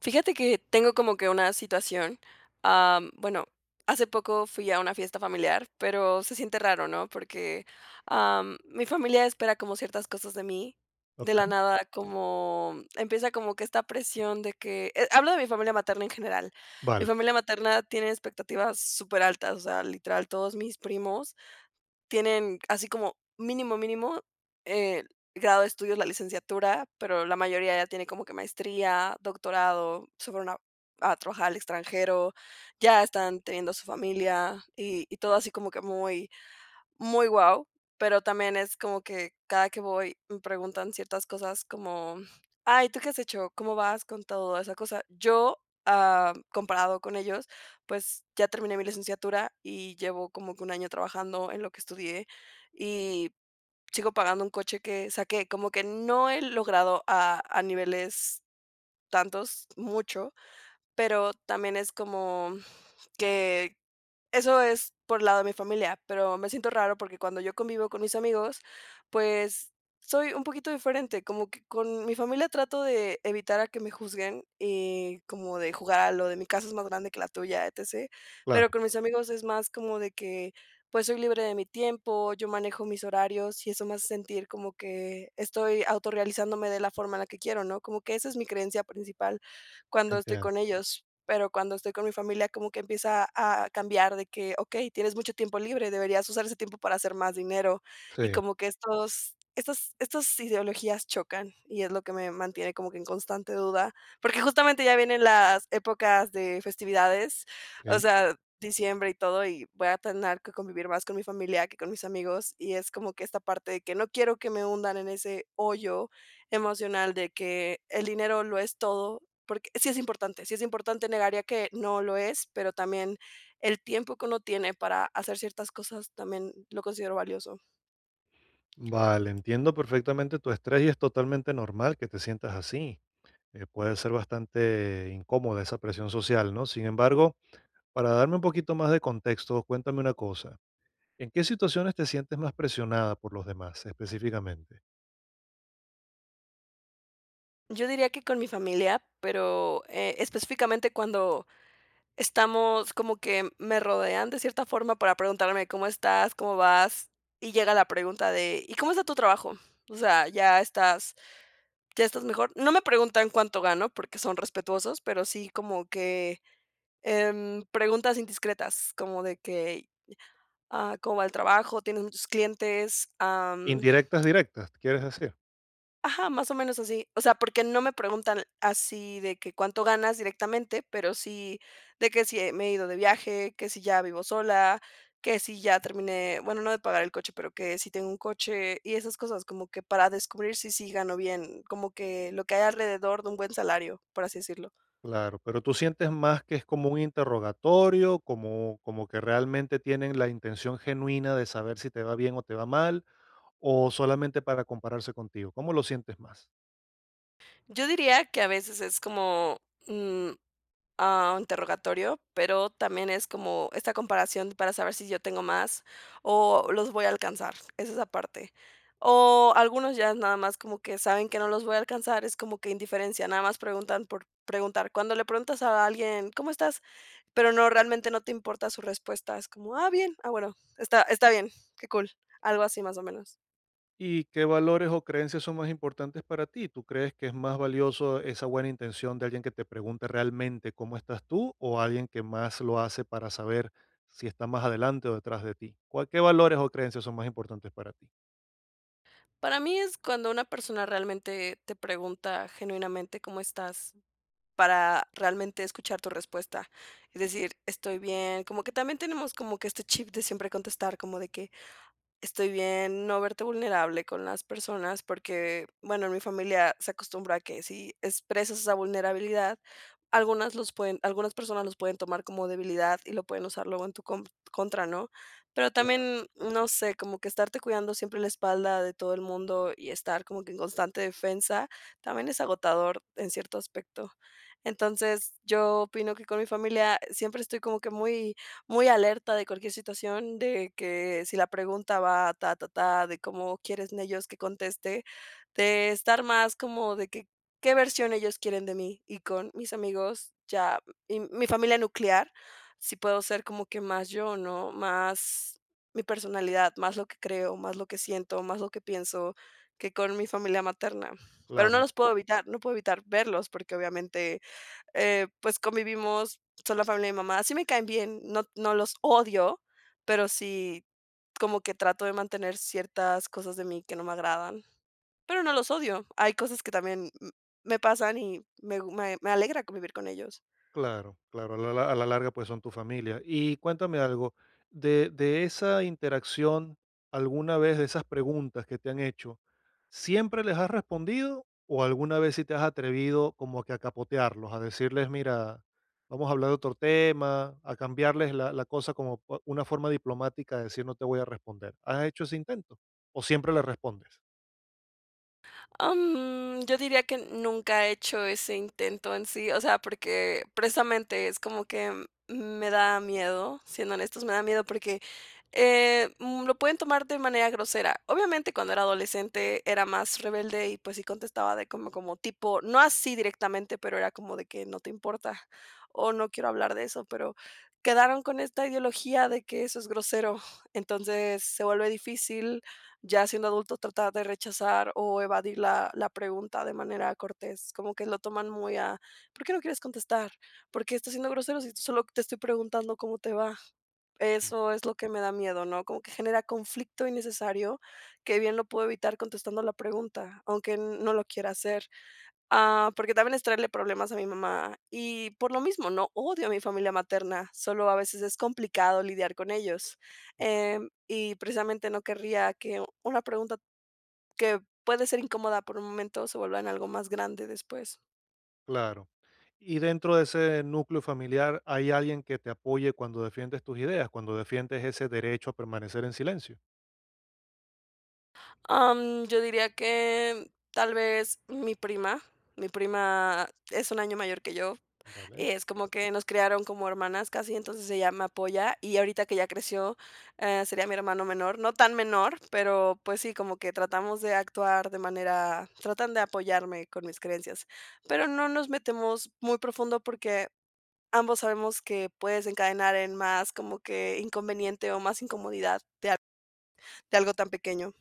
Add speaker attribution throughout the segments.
Speaker 1: Fíjate que tengo como que una situación, bueno, hace poco fui a una fiesta familiar, pero se siente raro, ¿no? Porque mi familia espera como ciertas cosas de mí, de la
Speaker 2: Okey,
Speaker 1: nada como empieza como que esta presión de que, hablo de mi familia materna en general, mi
Speaker 2: vale,
Speaker 1: familia materna tiene expectativas súper altas, o sea, literal, todos mis primos tienen así como mínimo, mínimo, eh, grado de estudios, la licenciatura, pero la mayoría ya tiene como que maestría, doctorado, se fueron a trabajar al extranjero, ya están teniendo su familia y todo así como que muy muy guau, pero también es como que cada que voy me preguntan ciertas cosas como: "Ay, ¿tú qué has hecho? ¿Cómo vas con toda esa cosa? Yo, comparado con ellos, pues ya terminé mi licenciatura y llevo como que un año trabajando en lo que estudié y sigo pagando un coche que saqué, como que no he logrado a niveles tantos, mucho, pero también es como que eso es por el lado de mi familia, pero me siento raro porque cuando yo convivo con mis amigos, pues soy un poquito diferente, como que con mi familia trato de evitar a que me juzguen y como de jugar a lo de mi casa es más grande que la tuya, etc. Pero
Speaker 2: claro,
Speaker 1: con mis amigos es más como de que pues soy libre de mi tiempo, yo manejo mis horarios y eso me hace sentir como que estoy autorrealizándome de la forma en la que quiero, ¿no? Como que esa es mi creencia principal cuando estoy
Speaker 2: entiendo.
Speaker 1: con ellos. Pero cuando estoy con mi familia como que empieza a cambiar de que, okey, tienes mucho tiempo libre, deberías usar ese tiempo para hacer más dinero, y
Speaker 2: Sí,
Speaker 1: como que estos estas estas ideologías chocan, y es lo que me mantiene como que en constante duda, porque justamente ya vienen las épocas de festividades, o
Speaker 2: sí.
Speaker 1: sea, diciembre y todo, y voy a tener que convivir más con mi familia que con mis amigos, y es como que esta parte de que no quiero que me hundan en ese hoyo emocional de que el dinero lo es todo porque sí es importante, negaría que no lo es, pero también el tiempo que uno tiene para hacer ciertas cosas también lo considero valioso.
Speaker 2: Vale, entiendo perfectamente tu estrés y es totalmente normal que te sientas así. Puede ser bastante incómoda esa presión social, ¿no? Sin embargo, para darme un poquito más de contexto, cuéntame una cosa, ¿en qué situaciones te sientes más presionada por los demás específicamente?
Speaker 1: Yo diría que con mi familia, pero, específicamente cuando estamos como que me rodean de cierta forma para preguntarme: "¿Cómo estás? ¿Cómo vas?". Y llega la pregunta de: "¿Y cómo está tu trabajo?". O sea, ¿ya estás mejor? No me preguntan cuánto gano porque son respetuosos, pero sí como que, preguntas indiscretas, como de que: ¿Ah, cómo va el trabajo? ¿Tienes muchos clientes?
Speaker 2: ¿Indirectas, directas, quieres decir?
Speaker 1: Ajá, más o menos así. O sea, porque no me preguntan así de que cuánto ganas directamente, pero sí de que si me he ido de viaje, que si ya vivo sola, que si ya terminé, bueno, no de pagar el coche, pero que si tengo un coche y esas cosas, como que para descubrir si sí gano bien, como que lo que hay alrededor de un buen salario, por así decirlo.
Speaker 2: Claro, pero tú sientes más que es como un interrogatorio, como que realmente tienen la intención genuina de saber si te va bien o te va mal, ¿o solamente para compararse contigo? ¿Cómo lo sientes más?
Speaker 1: Yo diría que a veces es como, mm, interrogatorio, pero también es como esta comparación para saber si yo tengo más o los voy a alcanzar, es esa parte. O algunos ya nada más como que saben que no los voy a alcanzar, es como que indiferencia, nada más preguntan por preguntar. Cuando le preguntas a alguien, ¿cómo estás? Pero no, realmente no te importa su respuesta, es como, ah, bien, ah, bueno, está, está bien, qué cool, algo así más o menos.
Speaker 2: ¿Y qué valores o creencias son más importantes para ti? ¿Tú crees que es más valioso esa buena intención de alguien que te pregunte realmente cómo estás tú o alguien que más lo hace para saber si está más adelante o detrás de ti? ¿Qué valores o creencias son más importantes para ti?
Speaker 1: Para mí es cuando una persona realmente te pregunta genuinamente cómo estás para realmente escuchar tu respuesta. Es decir, estoy bien, como que también tenemos como que este chip de siempre contestar, como de que, estoy bien, no verte vulnerable con las personas, porque, bueno, en mi familia se acostumbra a que si expresas esa vulnerabilidad, algunas personas los pueden tomar como debilidad y lo pueden usar luego en tu contra, ¿no? Pero
Speaker 2: Claro.
Speaker 1: también, no sé, como que estarte cuidando siempre la espalda de todo el mundo y estar como que en constante defensa, también es agotador en cierto aspecto. Entonces, yo opino que con mi familia siempre estoy como que muy muy alerta de cualquier situación, de que si la pregunta va ta, ta, ta, de cómo quieren ellos que conteste, de estar más como de que qué versión ellos quieren de mí. Y con mis amigos ya, y mi familia nuclear, sí puedo ser como que más yo, ¿no? Más mi personalidad, más lo que creo, más lo que siento, más lo que pienso que con mi familia materna. Pero no
Speaker 2: Claro.
Speaker 1: los puedo evitar, no puedo evitar verlos porque obviamente pues, convivimos, son la familia de mi mamá. Sí me caen bien, no no los odio, pero sí como que trato de mantener ciertas cosas de mí que no me agradan, pero no los odio. Hay cosas que también m me pasan y me gu me me alegra convivir con ellos.
Speaker 2: Claro, claro, a la larga pues son tu familia. Y cuéntame algo, de esa interacción, alguna vez de esas preguntas que te han hecho, ¿siempre les has respondido o alguna vez si te has atrevido como que a capotearlos, a decirles, mira, vamos a hablar de otro tema, a cambiarles la cosa como una forma diplomática de decir no te voy a responder? ¿Has hecho ese intento? ¿O siempre le respondes?
Speaker 1: Yo diría que nunca he hecho ese intento en sí, o sea, porque precisamente es como que me da miedo, siendo honestos, me da miedo porque lo pueden tomar de manera grosera. Obviamente cuando era adolescente era más rebelde y pues sí contestaba de como, como tipo, no así directamente, pero era como de que no te importa o no quiero hablar de eso, pero quedaron con esta ideología de que eso es grosero, entonces se vuelve difícil ya siendo adulto, tratar de rechazar o evadir la pregunta de manera cortés, como que lo toman muy a: "¿Por qué no quieres contestar? ¿Por qué estás siendo grosero si solo te estoy preguntando cómo te va?". Eso es lo que me da miedo, ¿no? Como que genera conflicto innecesario, que bien lo puedo evitar contestando la pregunta, aunque no lo quiera hacer. Ah, porque también es traerle problemas a mi mamá. Y por lo mismo, no odio a mi familia materna, solo a veces es complicado lidiar con ellos. Y precisamente no querría que una pregunta que puede ser incómoda por un momento se vuelva en algo más grande después.
Speaker 2: Claro. Y dentro de ese núcleo familiar, ¿hay alguien que te apoye cuando defiendes tus ideas, cuando defiendes ese derecho a permanecer en silencio?
Speaker 1: Yo diría que tal vez mi prima. Mi prima es un año mayor que yo.
Speaker 2: ¿Vale?
Speaker 1: Y es como que nos crearon como hermanas casi, entonces ella me apoya y ahorita que ya creció, sería mi hermano menor, no tan menor, pero pues sí, como que tratamos de actuar de manera tratan de apoyarme con mis creencias, pero no nos metemos muy profundo porque ambos sabemos que puede desencadenar en más como que inconveniente o más incomodidad de algo tan pequeño.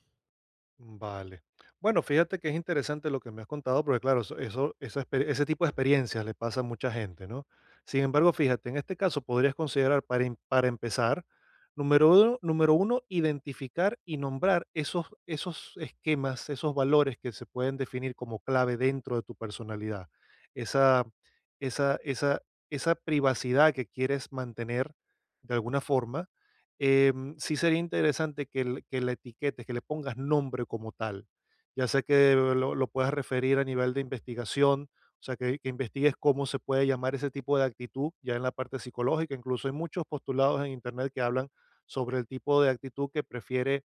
Speaker 2: Vale. Bueno, fíjate que es interesante lo que me has contado, porque claro, esa exper- ese tipo de experiencias le pasa a mucha gente, ¿no? Sin embargo, fíjate, en este caso podrías considerar para empezar, número uno, identificar y nombrar esos, esos esquemas, esos valores que se pueden definir como clave dentro de tu personalidad. Esa, esa, esa, esa privacidad que quieres mantener de alguna forma sí sería interesante que, le que la etiquetes, que le pongas nombre como tal. Ya sea que lo puedas referir a nivel de investigación, o sea, que investigues cómo se puede llamar ese tipo de actitud, ya en la parte psicológica. Incluso hay muchos postulados en Internet que hablan sobre el tipo de actitud que prefiere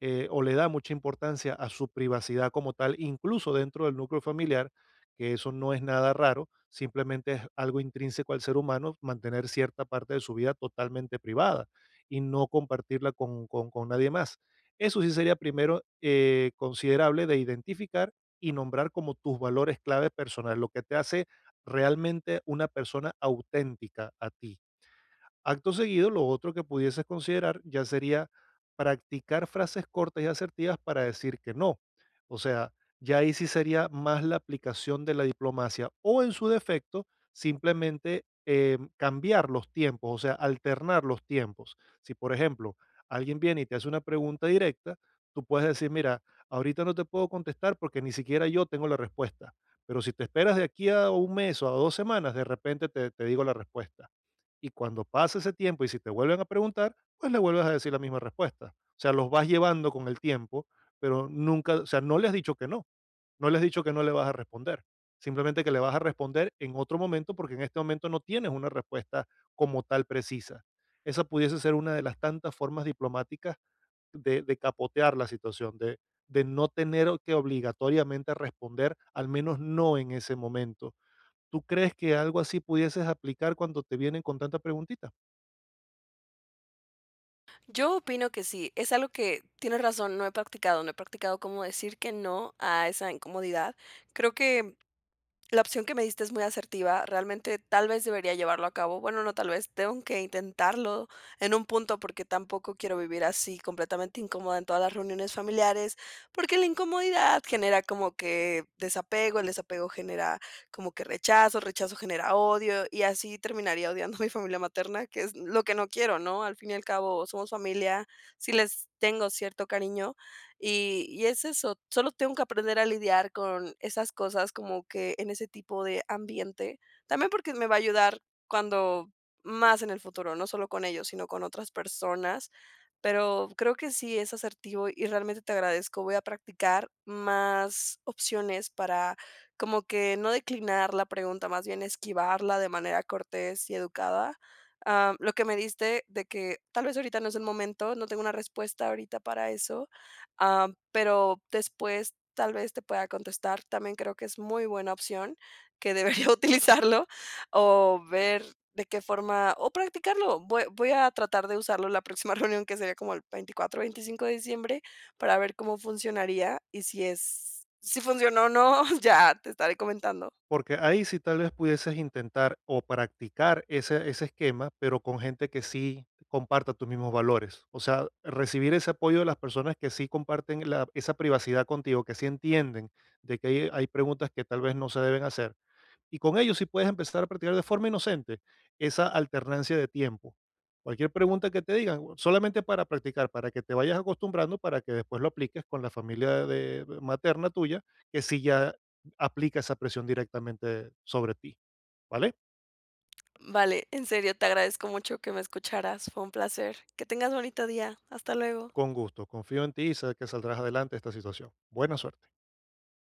Speaker 2: o le da mucha importancia a su privacidad como tal, incluso dentro del núcleo familiar, que eso no es nada raro, simplemente es algo intrínseco al ser humano mantener cierta parte de su vida totalmente privada y no compartirla con, con nadie más. Eso sí sería primero considerable de identificar y nombrar como tus valores clave personales, lo que te hace realmente una persona auténtica a ti. Acto seguido, lo otro que pudieses considerar ya sería practicar frases cortas y asertivas para decir que no. O sea, ya ahí sí sería más la aplicación de la diplomacia o, en su defecto, simplemente cambiar los tiempos, o sea, alternar los tiempos. Si, por ejemplo, alguien viene y te hace una pregunta directa, tú puedes decir, mira, ahorita no te puedo contestar porque ni siquiera yo tengo la respuesta, pero si te esperas de aquí a un mes o a dos semanas, de repente te digo la respuesta, y cuando pase ese tiempo y si te vuelven a preguntar, pues le vuelves a decir la misma respuesta. O sea, los vas llevando con el tiempo, pero nunca, o sea, no le has dicho que no, no le has dicho que no le vas a responder. Simplemente que le vas a responder en otro momento porque en este momento no tienes una respuesta como tal precisa. Esa pudiese ser una de las tantas formas diplomáticas de capotear la situación, de no tener que obligatoriamente responder, al menos no en ese momento. ¿Tú crees que algo así pudieses aplicar cuando te vienen con tanta preguntita?
Speaker 1: Yo opino que sí, es algo que tienes razón, no he practicado, no he practicado cómo decir que no a esa incomodidad. Creo que la opción que me diste es muy asertiva, realmente tal vez debería llevarlo a cabo. Bueno, no tal vez, tengo que intentarlo en un punto porque tampoco quiero vivir así completamente incómoda en todas las reuniones familiares, porque la incomodidad genera como que desapego, el desapego genera como que rechazo, rechazo genera odio y así terminaría odiando a mi familia materna, que es lo que no quiero, ¿no? Al fin y al cabo somos familia, sí les tengo cierto cariño, y es eso, solo tengo que aprender a lidiar con esas cosas como que en ese tipo de ambiente. También porque me va a ayudar cuando más en el futuro, no solo con ellos, sino con otras personas. Pero creo que sí es asertivo y realmente te agradezco. Voy a practicar más opciones para como que no declinar la pregunta, más bien esquivarla de manera cortés y educada. Ah, lo que me diste de que tal vez ahorita no es el momento, no tengo una respuesta ahorita para eso, ah, pero después tal vez te pueda contestar. También creo que es muy buena opción, que debería utilizarlo o ver de qué forma o practicarlo. Voy a tratar de usarlo la próxima reunión, que sería como el 24 25 de diciembre, para ver cómo funcionaría y si es si funcionó o no, ya te estaré comentando.
Speaker 2: Porque ahí sí tal vez pudieses intentar o practicar ese, ese esquema, pero con gente que sí comparta tus mismos valores. O sea, recibir ese apoyo de las personas que sí comparten esa privacidad contigo, que sí entienden de que hay preguntas que tal vez no se deben hacer, y con ellos sí puedes empezar a practicar de forma inocente esa alternancia de tiempo. Cualquier pregunta que te digan, solamente para practicar, para que te vayas acostumbrando, para que después lo apliques con la familia materna tuya, que sí ya aplica esa presión directamente sobre ti. ¿Vale?
Speaker 1: Vale, en serio, te agradezco mucho que me escucharas. Fue un placer. Que tengas bonito día. Hasta luego.
Speaker 2: Con gusto. Confío en ti y sé que saldrás adelante de esta situación. Buena suerte.